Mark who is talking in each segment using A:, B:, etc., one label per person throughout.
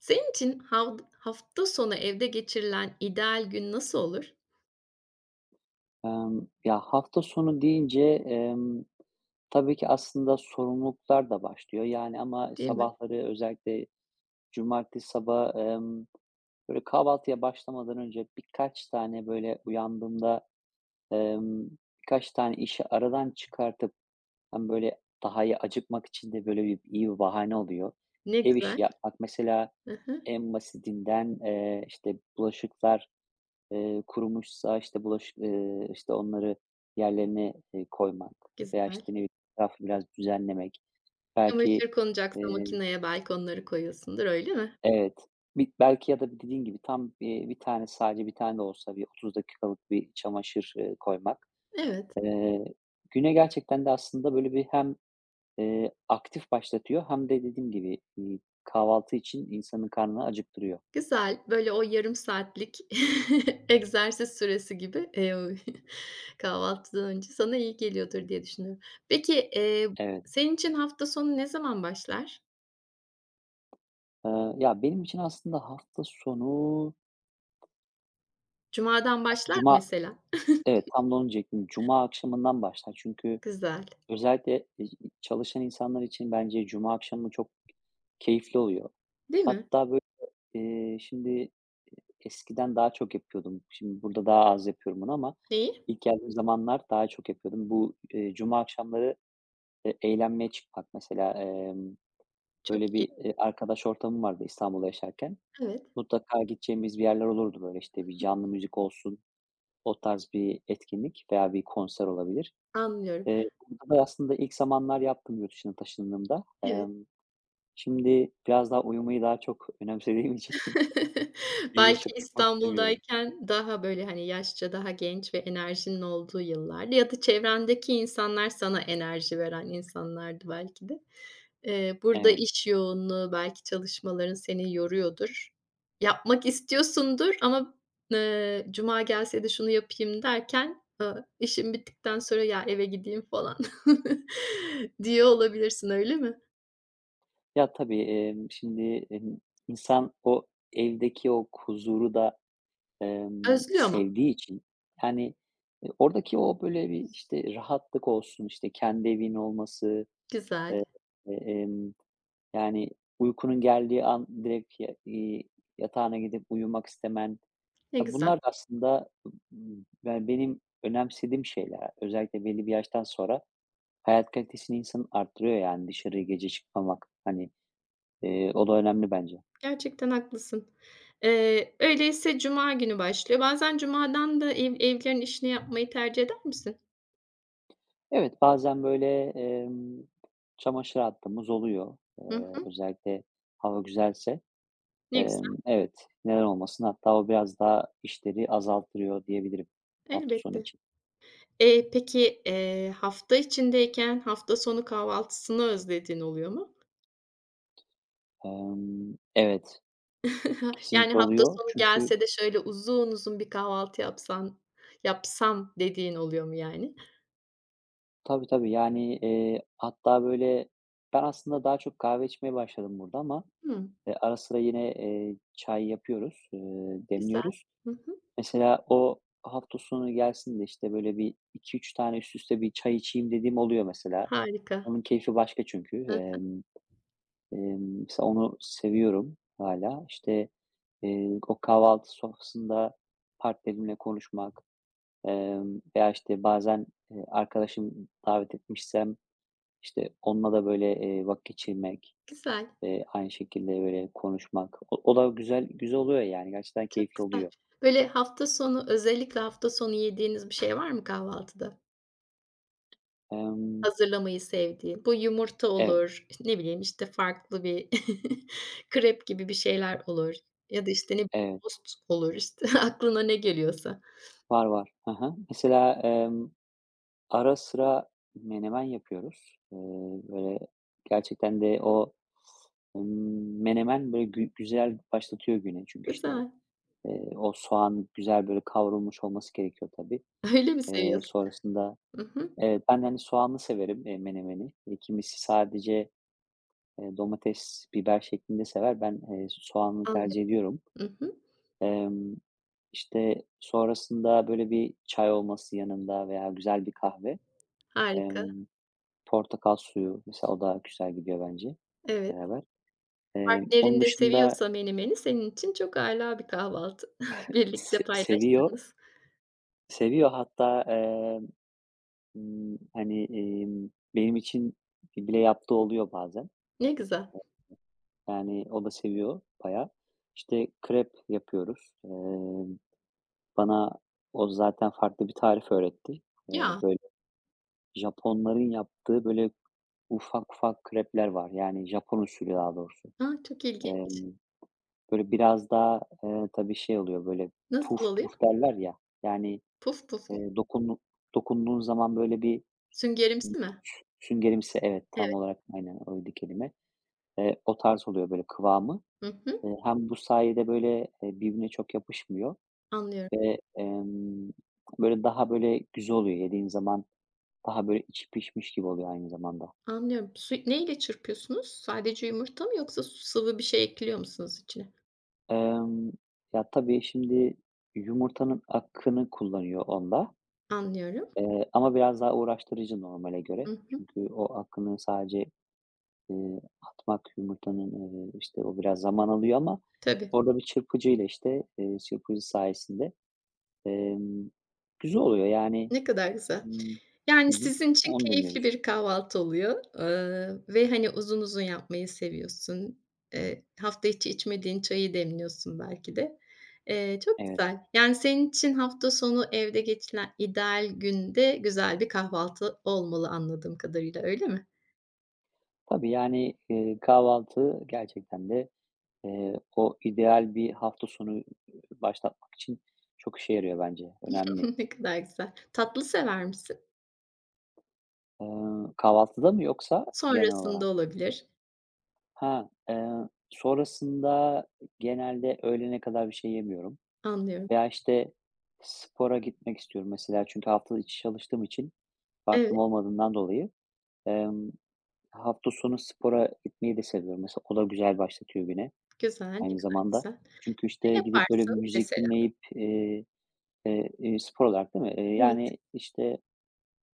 A: Senin için hafta sonu evde geçirilen ideal gün nasıl olur,
B: Ya, hafta sonu deyince, tabii ki aslında sorumluluklar da başlıyor. Yani ama
A: değil mi?
B: sabahları özellikle cumartesi sabahı, böyle, kahvaltıya başlamadan önce birkaç tane, böyle, uyandığımda, emm, birkaç tane işi aradan çıkartıp hem, böyle, daha iyi acıkmak için de, böyle, bir iyi bir bahane oluyor.
A: Ne
B: Ev
A: güzel.
B: işi yapmak mesela
A: Hı,
B: en basitinden, işte, bulaşıklar. Kurumuşsa, işte, bulaş işte, onları yerlerine, koymak veya, işte,
A: güzel.
B: ne bileyim, etrafı biraz düzenlemek. Belki,
A: Çamaşır konacaksa
B: eee
A: makineye belki onları koyuyorsundur, öyle mi?
B: evet. Belki ya da dediğin gibi tam, bir tane, sadece bir tane de olsa bir 30 dakikalık bir çamaşır, koymak.
A: Evet,
B: Eee, Güne gerçekten de aslında böyle bir hem, aktif başlatıyor hem de dediğim gibi, kahvaltı için insanın karnını acıktırıyor.
A: güzel. Böyle o yarım saatlik egzersiz süresi gibi, kahvaltıdan önce sana iyi geliyordur diye düşünüyorum. Peki,
B: Evet.
A: senin için hafta sonu ne zaman başlar?
B: Ya, benim için aslında hafta sonu,
A: Cuma'dan
B: aslında
A: başlar
B: cuma.
A: mesela?
B: Evet, tam da onu diyecektim. Cuma akşamından başlar. Çünkü
A: Güzel,
B: özellikle çalışan insanlar için bence cuma akşamı çok keyifli oluyor.
A: değil mi?
B: Hatta böyle, şimdi eskiden daha çok yapıyordum. Şimdi burada daha az yapıyorum bunu ama
A: Neyi?
B: ilk geldiğim zamanlar daha çok yapıyordum. Bu, cuma akşamları, eğlenmeye çıkmak mesela,
A: Çok
B: böyle
A: iyi.
B: bir, arkadaş ortamım vardı İstanbul'da yaşarken.
A: Evet,
B: Mutlaka gideceğimiz bir yerler olurdu böyle, işte, bir canlı müzik olsun, o tarz bir etkinlik veya bir konser olabilir.
A: anlıyorum.
B: Eee, Burada da aslında ilk zamanlar yaptım yurt dışına taşındığımda.
A: Evet.
B: Şimdi biraz daha uyumayı daha çok önemsediğim için gece
A: Belki
B: çalışmak istemiyorum.
A: İstanbul'dayken daha, böyle, hani, yaşça daha genç ve enerjinin olduğu yıllardı ya da çevrendeki insanlar sana enerji veren insanlardı belki de. Burada
B: Evet.
A: iş yoğunluğu, belki çalışmaların seni yoruyordur. Yapmak istiyorsundur ama, "Cuma gelse de şunu yapayım." derken, işin bittikten sonra, "Ya, eve gideyim." falan diye olabilirsin, öyle mi?
B: Ya, tabii, şimdi, emm, insan o evdeki o huzuru da,
A: Özlüyor ama.
B: sevdiği için, yani, oradaki o, böyle, bir, işte, rahatlık olsun, işte, kendi evin olması, eee,
A: Güzel,
B: e, emm, yani, uykunun geldiği an direkt ya yatağına gidip uyumak istemen,
A: ne
B: ya,
A: güzel.
B: bunlar da aslında, yani, benim önemsediğim şeyler. Özellikle belli bir yaştan sonra hayat kalitesini insanın arttırıyor, yani, dışarıya gece çıkmamak. Hani, o da önemli bence.
A: Gerçekten haklısın. Öyleyse cuma günü başlıyor. Bazen cumadan da evlerin işini yapmayı tercih eder misin?
B: Evet, bazen, böyle, çamaşır attığımız oluyor.
A: Hı hı.
B: Özellikle hava güzelse.
A: Ne güzel.
B: Evet, neden olmasın? Hatta o biraz daha işleri azalttırıyor diyebilirim hafta sonu
A: Elbette.
B: için.
A: Peki, hafta içindeyken hafta sonu kahvaltısını özlediğin oluyor mu?
B: Evet,
A: Yani
B: kesinlikle
A: hafta
B: oluyor.
A: sonu
B: Çünkü.
A: gelse de şöyle uzun uzun bir kahvaltı yapsam dediğin oluyor mu yani?
B: Tabii, tabii. Yani, hatta, böyle, ben aslında daha çok kahve içmeye başladım burada ama,
A: Hımm.
B: ara sıra yine, çay yapıyoruz,
A: Güzel.
B: demliyoruz.
A: Hı hı.
B: Mesela o hafta sonu gelsin de, işte, böyle, bir iki üç tane üst üste bir çay içeyim dediğim oluyor mesela.
A: Harika.
B: Onun keyfi başka çünkü.
A: Hıh.
B: Mesela onu seviyorum hala. İşte, o kahvaltı sofrasında partnerimle konuşmak, veya, işte, bazen, arkadaşım davet etmişsem işte, onunla da, böyle, vakit geçirmek,
A: Güzel.
B: aynı şekilde, böyle, konuşmak. O da güzel güzel oluyor, yani, gerçekten
A: Çok
B: keyifli
A: güzel.
B: oluyor.
A: Böyle hafta sonu, özellikle hafta sonu yediğiniz bir şey var mı kahvaltıda?
B: Emm,
A: Hazırlamayı sevdiğin. Bu yumurta
B: evet,
A: olur, işte, ne bileyim, işte, farklı bir krep gibi bir şeyler olur ya da, işte, ne bileyim,
B: evet.
A: tost olur, işte, aklına ne geliyorsa.
B: Var, var. Hı hı. Mesela, ara sıra menemen yapıyoruz. Böyle, gerçekten de o, menemen, böyle, güzel başlatıyor güne. Çünkü, işte,
A: Güzel.
B: o soğan güzel, böyle, kavrulmuş olması gerekiyor tabii.
A: Öyle mi seviyorsun?
B: Sonrasında.
A: Hı hı.
B: Evet, ben, yani soğanlı severim, menemeni. Kimisi sadece. Domates, biber şeklinde sever. Ben, soğanlı tercih
A: Anlıyorum.
B: ediyorum.
A: Hı hı.
B: Emm, işte, sonrasında, böyle, bir çay olması yanında veya güzel bir kahve.
A: Harika.
B: Emm, Portakal suyu mesela o da güzel gidiyor bence
A: Evet.
B: beraber.
A: Partnerin
B: Onun
A: de
B: dışında
A: seviyorsa menemeni senin için çok âlâ bir kahvaltı. Birlikte
B: seviyor.
A: paylaştığınız.
B: Seviyor hatta, hani, benim için bile yaptığı oluyor bazen.
A: Ne güzel.
B: Yani o da seviyor bayağı. İşte, krep yapıyoruz. Bana o zaten farklı bir tarif öğretti.
A: Ya!
B: Böyle Japonların yaptığı böyle ufak ufak krepler var. Yani Japon usulü daha doğrusu.
A: A, çok ilginç.
B: Emm, Böyle biraz daha, tabii şey oluyor, böyle
A: Nasıl
B: puf
A: oluyor?
B: puf derler ya. Yani,
A: Puf puf mu?
B: eee, dokundu dokunduğun zaman böyle bir
A: Süngerimsi mi?
B: süngerimsi, evet, tam
A: Evet.
B: olarak aynen oydu kelime. O tarz oluyor böyle kıvamı.
A: Hı hı.
B: Hem bu sayede böyle, birbirine çok yapışmıyor
A: Anlıyorum,
B: ve, böyle daha böyle güzel oluyor yediğin zaman. Daha böyle içi pişmiş gibi oluyor aynı zamanda.
A: anlıyorum. Su neyle çırpıyorsunuz? Sadece yumurta mı yoksa sıvı bir şey ekliyor musunuz içine?
B: Emm, Ya, tabii şimdi yumurtanın hakkını kullanıyor onda,
A: Anlıyorum.
B: ama biraz daha uğraştırıcı normale
A: Hı
B: göre.
A: hı.
B: Çünkü o hakkını sadece, atmak yumurtanın, işte, o biraz zaman alıyor ama
A: Tabii.
B: orada bir çırpıcıyla, işte, çırpıcı sayesinde, emm, güzel oluyor yani.
A: Ne kadar güzel.
B: Imm,
A: Yani
B: hı hı,
A: sizin için
B: onu
A: keyifli
B: deniyoruz.
A: bir kahvaltı oluyor, ve, hani, uzun uzun yapmayı seviyorsun. Hafta içi içmediğin çayı demliyorsun belki de. Çok
B: Evet.
A: güzel. Yani senin için hafta sonu evde geçilen ideal günde güzel bir kahvaltı olmalı anladığım kadarıyla, öyle mi?
B: Tabii, yani, kahvaltı gerçekten de. O ideal bir hafta sonu, başlatmak için çok işe yarıyor bence. Önemli.
A: Ne kadar güzel. Tatlı sever misin?
B: Kahvaltıda mı yoksa genel
A: Sonrasında
B: olarak?
A: olabilir.
B: Ha, sonrasında genelde öğlene kadar bir şey yemiyorum
A: Anlıyorum.
B: veya, işte, spora gitmek istiyorum mesela çünkü hafta içi çalıştığım için
A: Evet,
B: vaktim olmadığından dolayı, emm, hafta sonu spora gitmeyi de seviyorum. Mesela o da güzel başlatıyor güne
A: güzel, ne
B: aynı
A: kadar
B: zamanda.
A: güzel.
B: Çünkü,
A: Ne
B: işte, gidip böyle
A: yaparsın
B: müzik
A: mesela?
B: dinleyip, spor olarak değil mi?
A: Evet,
B: Yani, işte,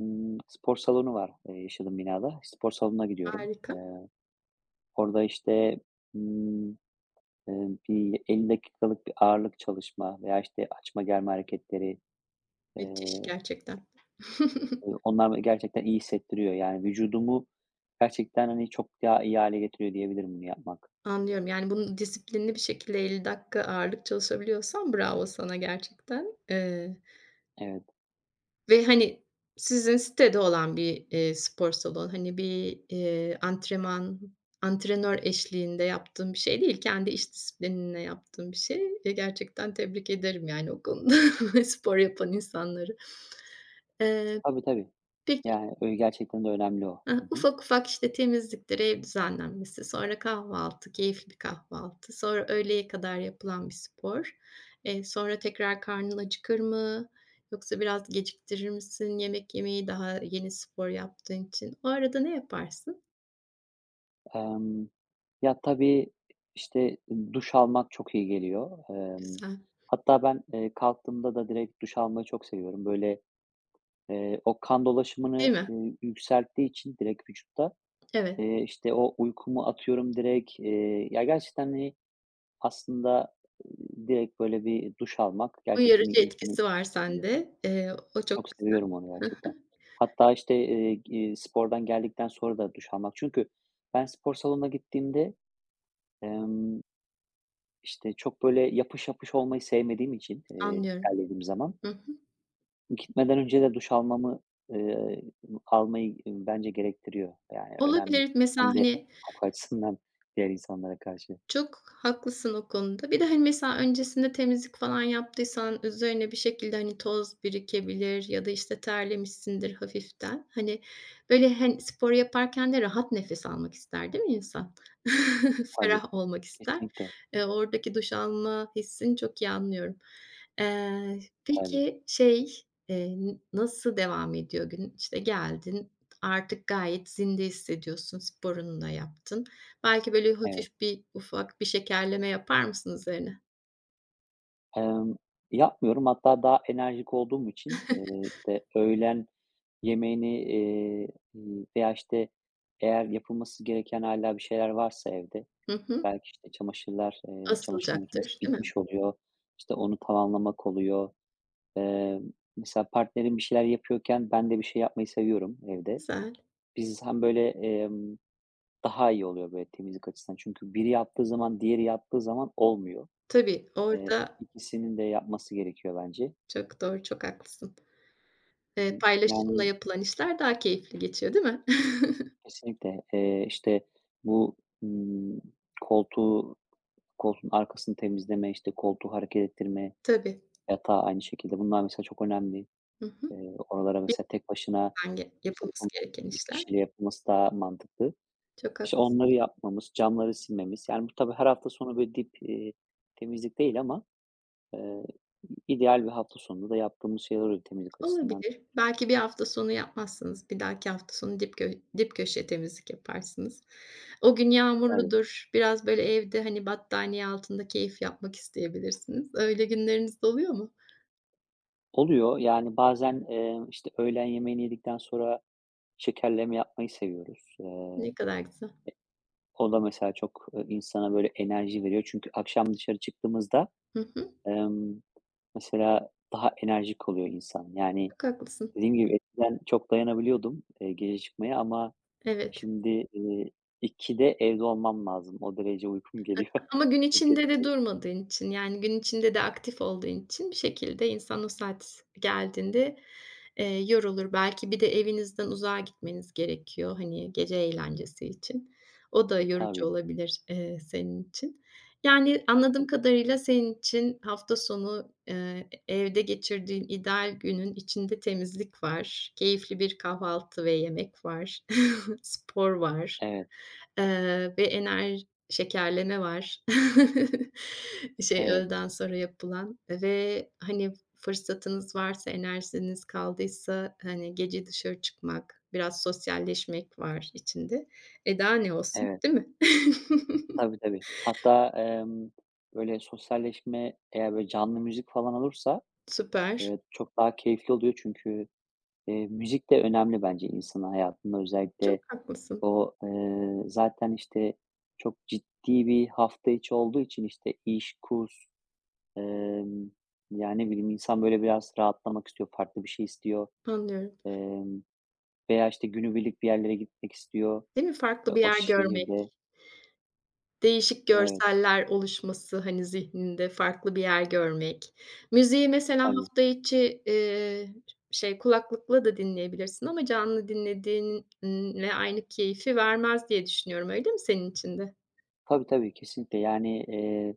B: spor salonu var, yaşadığım binada. Spor salonuna gidiyorum.
A: harika.
B: Orada, işte, ımm, bir 50 dakikalık bir ağırlık çalışma veya, işte, açma germe hareketleri,
A: Müthiş
B: eee,
A: gerçekten.
B: onlar beni gerçekten iyi hissettiriyor. Yani, vücudumu gerçekten, hani, çok daha iyi hâle getiriyor diyebilirim bunu yapmak.
A: Anlıyorum, yani, bunu disiplinli bir şekilde 50 dakika ağırlık çalışabiliyorsan bravo sana gerçekten.
B: Evet.
A: Ve, hani, sizin sitede olan bir, spor salonu, hani, bir, antrenör eşliğinde yaptığım bir şey değil, kendi iş disiplinine yaptığım bir şey. Gerçekten tebrik ederim, yani, o konuda spor yapan insanları. Eee,
B: Tabii, tabii.
A: peki,
B: Yani, öyle gerçekten de önemli o.
A: eh,
B: Hı hı.
A: ufak ufak, işte, temizliktir, ev düzenlenmesi, sonra kahvaltı, keyifli bir kahvaltı, sonra öğleye kadar yapılan bir spor. Sonra tekrar karnın acıkır mı yoksa biraz geciktirir misin yemek yemeyi daha yeni spor yaptığın için? O arada ne yaparsın?
B: Emm, Ya, tabii, işte, duş almak çok iyi geliyor.
A: Güzel,
B: Hatta ben, kalktığımda da direkt duş almayı çok seviyorum. Böyle, o kan dolaşımını,
A: değil mi?
B: yükselttiği için direkt vücutta,
A: Evet,
B: işte, o uykumu atıyorum direkt. Ya, gerçekten, hani, aslında, eee, direkt böyle bir duş almak gerçekten
A: uyarıcı
B: insanı
A: etkisi var
B: iyi.
A: sende. O çok
B: Çok seviyorum onu gerçekten. Hatta, işte, g spordan geldikten sonra da duş almak. Çünkü ben spor salonuna gittiğimde, emm İşte, çok böyle yapış yapış olmayı sevmediğim için,
A: anlıyorum.
B: terlediğim zaman,
A: Hı hı.
B: gitmeden önce de duş almamı, eee, almayı, bence gerektiriyor. Yani önemli.
A: Olabilir. Mesela,
B: Hem de
A: hani.
B: koku açısından diğer insanlara karşı.
A: Çok haklısın o konuda. Bir de, hani, mesela öncesinde temizlik falan yaptıysan üzerine bir şekilde, hani, toz birikebilir ya da, işte, terlemişsindir hafiften. Hani, böyle, hani, spor yaparken de rahat nefes almak ister, değil mi insan?
B: Tabii,
A: Ferah olmak ister.
B: kesinlikle.
A: Oradaki duş alma hissini çok iyi anlıyorum.
B: Tabii,
A: Peki, şey, n nasıl devam ediyor gün? İşte, geldin, artık gayet zinde hissediyorsun, sporunu da yaptın. Belki böyle
B: evet.
A: hafif bir, ufak bir şekerleme yapar mısın üzerine?
B: Emm, Yapmıyorum. Hatta daha enerjik olduğum için, işte, öğlen yemeğini, veya, işte, eğer yapılması gereken hala bir şeyler varsa evde,
A: Hı hı.
B: belki, işte, çamaşırlar, çamaşır makinesi
A: Asılacaktır, değil mi?
B: bitmiş oluyor. İşte, onu tamamlamak oluyor. Eee, Mesela partnerim bir şeyler yapıyorken ben de bir şey yapmayı seviyorum evde.
A: Güzel.
B: Biz hem böyle, daha iyi oluyor böyle temizlik açısından. Çünkü biri yaptığı zaman diğeri yaptığı zaman olmuyor.
A: Tabii,
B: Eee,
A: orada
B: ikisinin de yapması gerekiyor bence.
A: çok doğru, çok haklısın.
B: Hı hı.
A: Paylaşımla
B: Yani
A: yapılan işler daha keyifli geçiyor, değil mi?
B: kesinlikle, işte, bu, ımm, koltuğu koltuğun arkasını temizleme, işte, koltuğu hareket ettirme,
A: Tabii.
B: yatağı aynı şekilde. Bunlar mesela çok önemli.
A: Hı hı.
B: Oralara mesela tek başına
A: Birlikten ge
B: kimse
A: Yapılması
B: yapamaz.
A: gereken
B: 2
A: işler.
B: kişiyle yapılması daha mantıklı.
A: Çok
B: İşte,
A: haklısın.
B: onları yapmamız, camları silmemiz, yani, bu tabii her hafta sonu böyle dip, temizlik değil ama, eee, ideal bir hafta sonunda da yaptığımız şeyler oluyor temizlik açısından.
A: Olabilir. Belki bir hafta sonu yapmazsınız. Bir dahaki hafta sonu dip köşe temizlik yaparsınız. O gün
B: Tabii.
A: yağmurludur. Biraz böyle evde, hani, battaniye altında keyif yapmak isteyebilirsiniz. Öyle günleriniz de oluyor mu?
B: Oluyor, yani, bazen, işte, öğlen yemeğini yedikten sonra şekerleme yapmayı seviyoruz.
A: Ne kadar güzel.
B: O da mesela çok, insana böyle enerji veriyor. Çünkü akşam dışarı çıktığımızda,
A: Hı hı.
B: emm, mesela daha enerjik oluyor insan. Yani,
A: Çok haklısın.
B: dediğim gibi eskiden çok dayanabiliyordum, gece çıkmaya ama
A: Evet.
B: şimdi, 2'de evde olmam lazım. O derece uykum geliyor.
A: Ama gün
B: Çok geç.
A: içinde de durmadığın için, yani, gün içinde de aktif olduğun için bir şekilde insan o saat geldiğinde, yorulur. Belki bir de evinizden uzağa gitmeniz gerekiyor, hani, gece eğlencesi için. O da yorucu
B: Tabii,
A: olabilir, senin için. Yani, anladığım
B: tabii.
A: kadarıyla senin için hafta sonu, evde geçirdiğin ideal günün içinde temizlik var, keyifli bir kahvaltı ve yemek var, spor var,
B: Evet,
A: ve enerji. Şekerleme var. Şey,
B: evet,
A: öğleden sonra yapılan ve, hani, fırsatınız varsa, enerjiniz kaldıysa, hani, gece dışarı çıkmak, biraz sosyalleşmek var içinde. Daha ne olsun,
B: evet.
A: değil mi?
B: Tabii, tabii. Hatta, böyle sosyalleşme eğer böyle canlı müzik falan olursa,
A: Süper.
B: çok daha keyifli oluyor çünkü, müzik de önemli bence insanın hayatında.
A: Çok
B: Özellikle
A: haklısın.
B: o, zaten, işte, çok ciddi bir hafta içi olduğu için, işte, iş, kurs. Emm, Ya, ne bileyim, insan böyle biraz rahatlamak istiyor, farklı bir şey istiyor,
A: Anlıyorum.
B: emm, veya, işte, günübirlik bir yerlere gitmek istiyor,
A: Değil mi? Farklı bir
B: o
A: yer görmek.
B: şehirde.
A: Değişik
B: Evet,
A: görseller oluşması, hani, zihninde farklı bir yer görmek. Müziği mesela
B: tabii.
A: hafta içi, kulaklıkla da dinleyebilirsin ama canlı dinlediğinle aynı keyfi vermez diye düşünüyorum. Öyle mi senin için de?
B: Tabii, tabii, kesinlikle. Yani,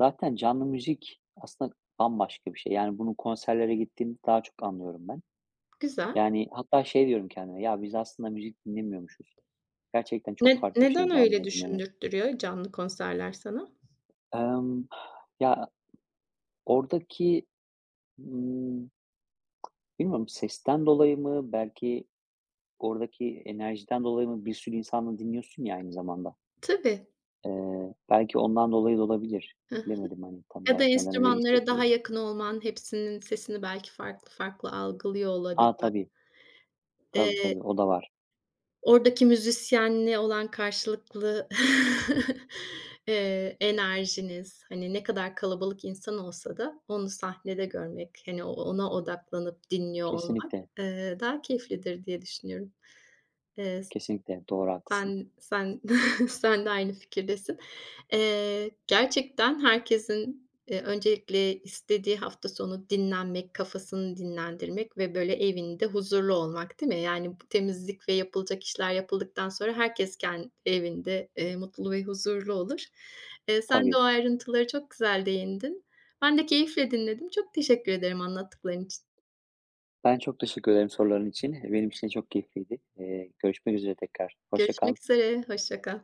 B: zaten canlı müzik aslında bambaşka bir şey. Yani, bunu konserlere gittiğimde daha çok anlıyorum ben.
A: Güzel.
B: Yani, hatta şey diyorum kendime, "Ya, biz aslında müzik dinlemiyormuşuz." Gerçekten çok
A: Ne
B: farklı bir şey
A: neden öyle
B: canlı dinlemek.
A: düşündürttürüyor canlı konserler sana?
B: Emm, Ya, oradaki, ımm, bilmiyorum sesten dolayı mı, belki. Oradaki enerjiden dolayı mı bir sürü insanla dinliyorsun ya aynı zamanda.
A: Tabii.
B: Belki ondan dolayı da olabilir.
A: Hı hı.
B: Bilemedim, hani, tam
A: Ya da
B: olarak neden öyle
A: enstrümanlara daha
B: hissettiriyor.
A: yakın olman, hepsinin sesini belki farklı farklı algılıyor
B: A,
A: olabilmen.
B: tabii. Tabii,
A: Eee
B: tabii, o da var.
A: Oradaki müzisyenle olan karşılıklı, enerjiniz, hani, ne kadar kalabalık insan olsa da onu sahnede görmek, hani, o ona odaklanıp dinliyor olmak,
B: Kesinlikle,
A: daha keyiflidir diye düşünüyorum. Eee
B: kesinlikle. Doğru, haklısın.
A: sen sen Sen de aynı fikirdesin. Gerçekten herkesin, öncelikle istediği hafta sonu dinlenmek, kafasını dinlendirmek ve böyle evinde huzurlu olmak, değil mi? Yani, bu temizlik ve yapılacak işler yapıldıktan sonra herkes evinde, mutlu ve huzurlu olur. Sen de o
B: Tabii.
A: ayrıntıları çok güzel değindin. Ben de keyifle dinledim. Çok teşekkür ederim anlattıkların için.
B: Ben çok teşekkür ederim soruların için. Benim için de çok keyifliydi. Görüşmek üzere tekrar. Hoşça kal.
A: Görüşmek üzere, hoşça kal.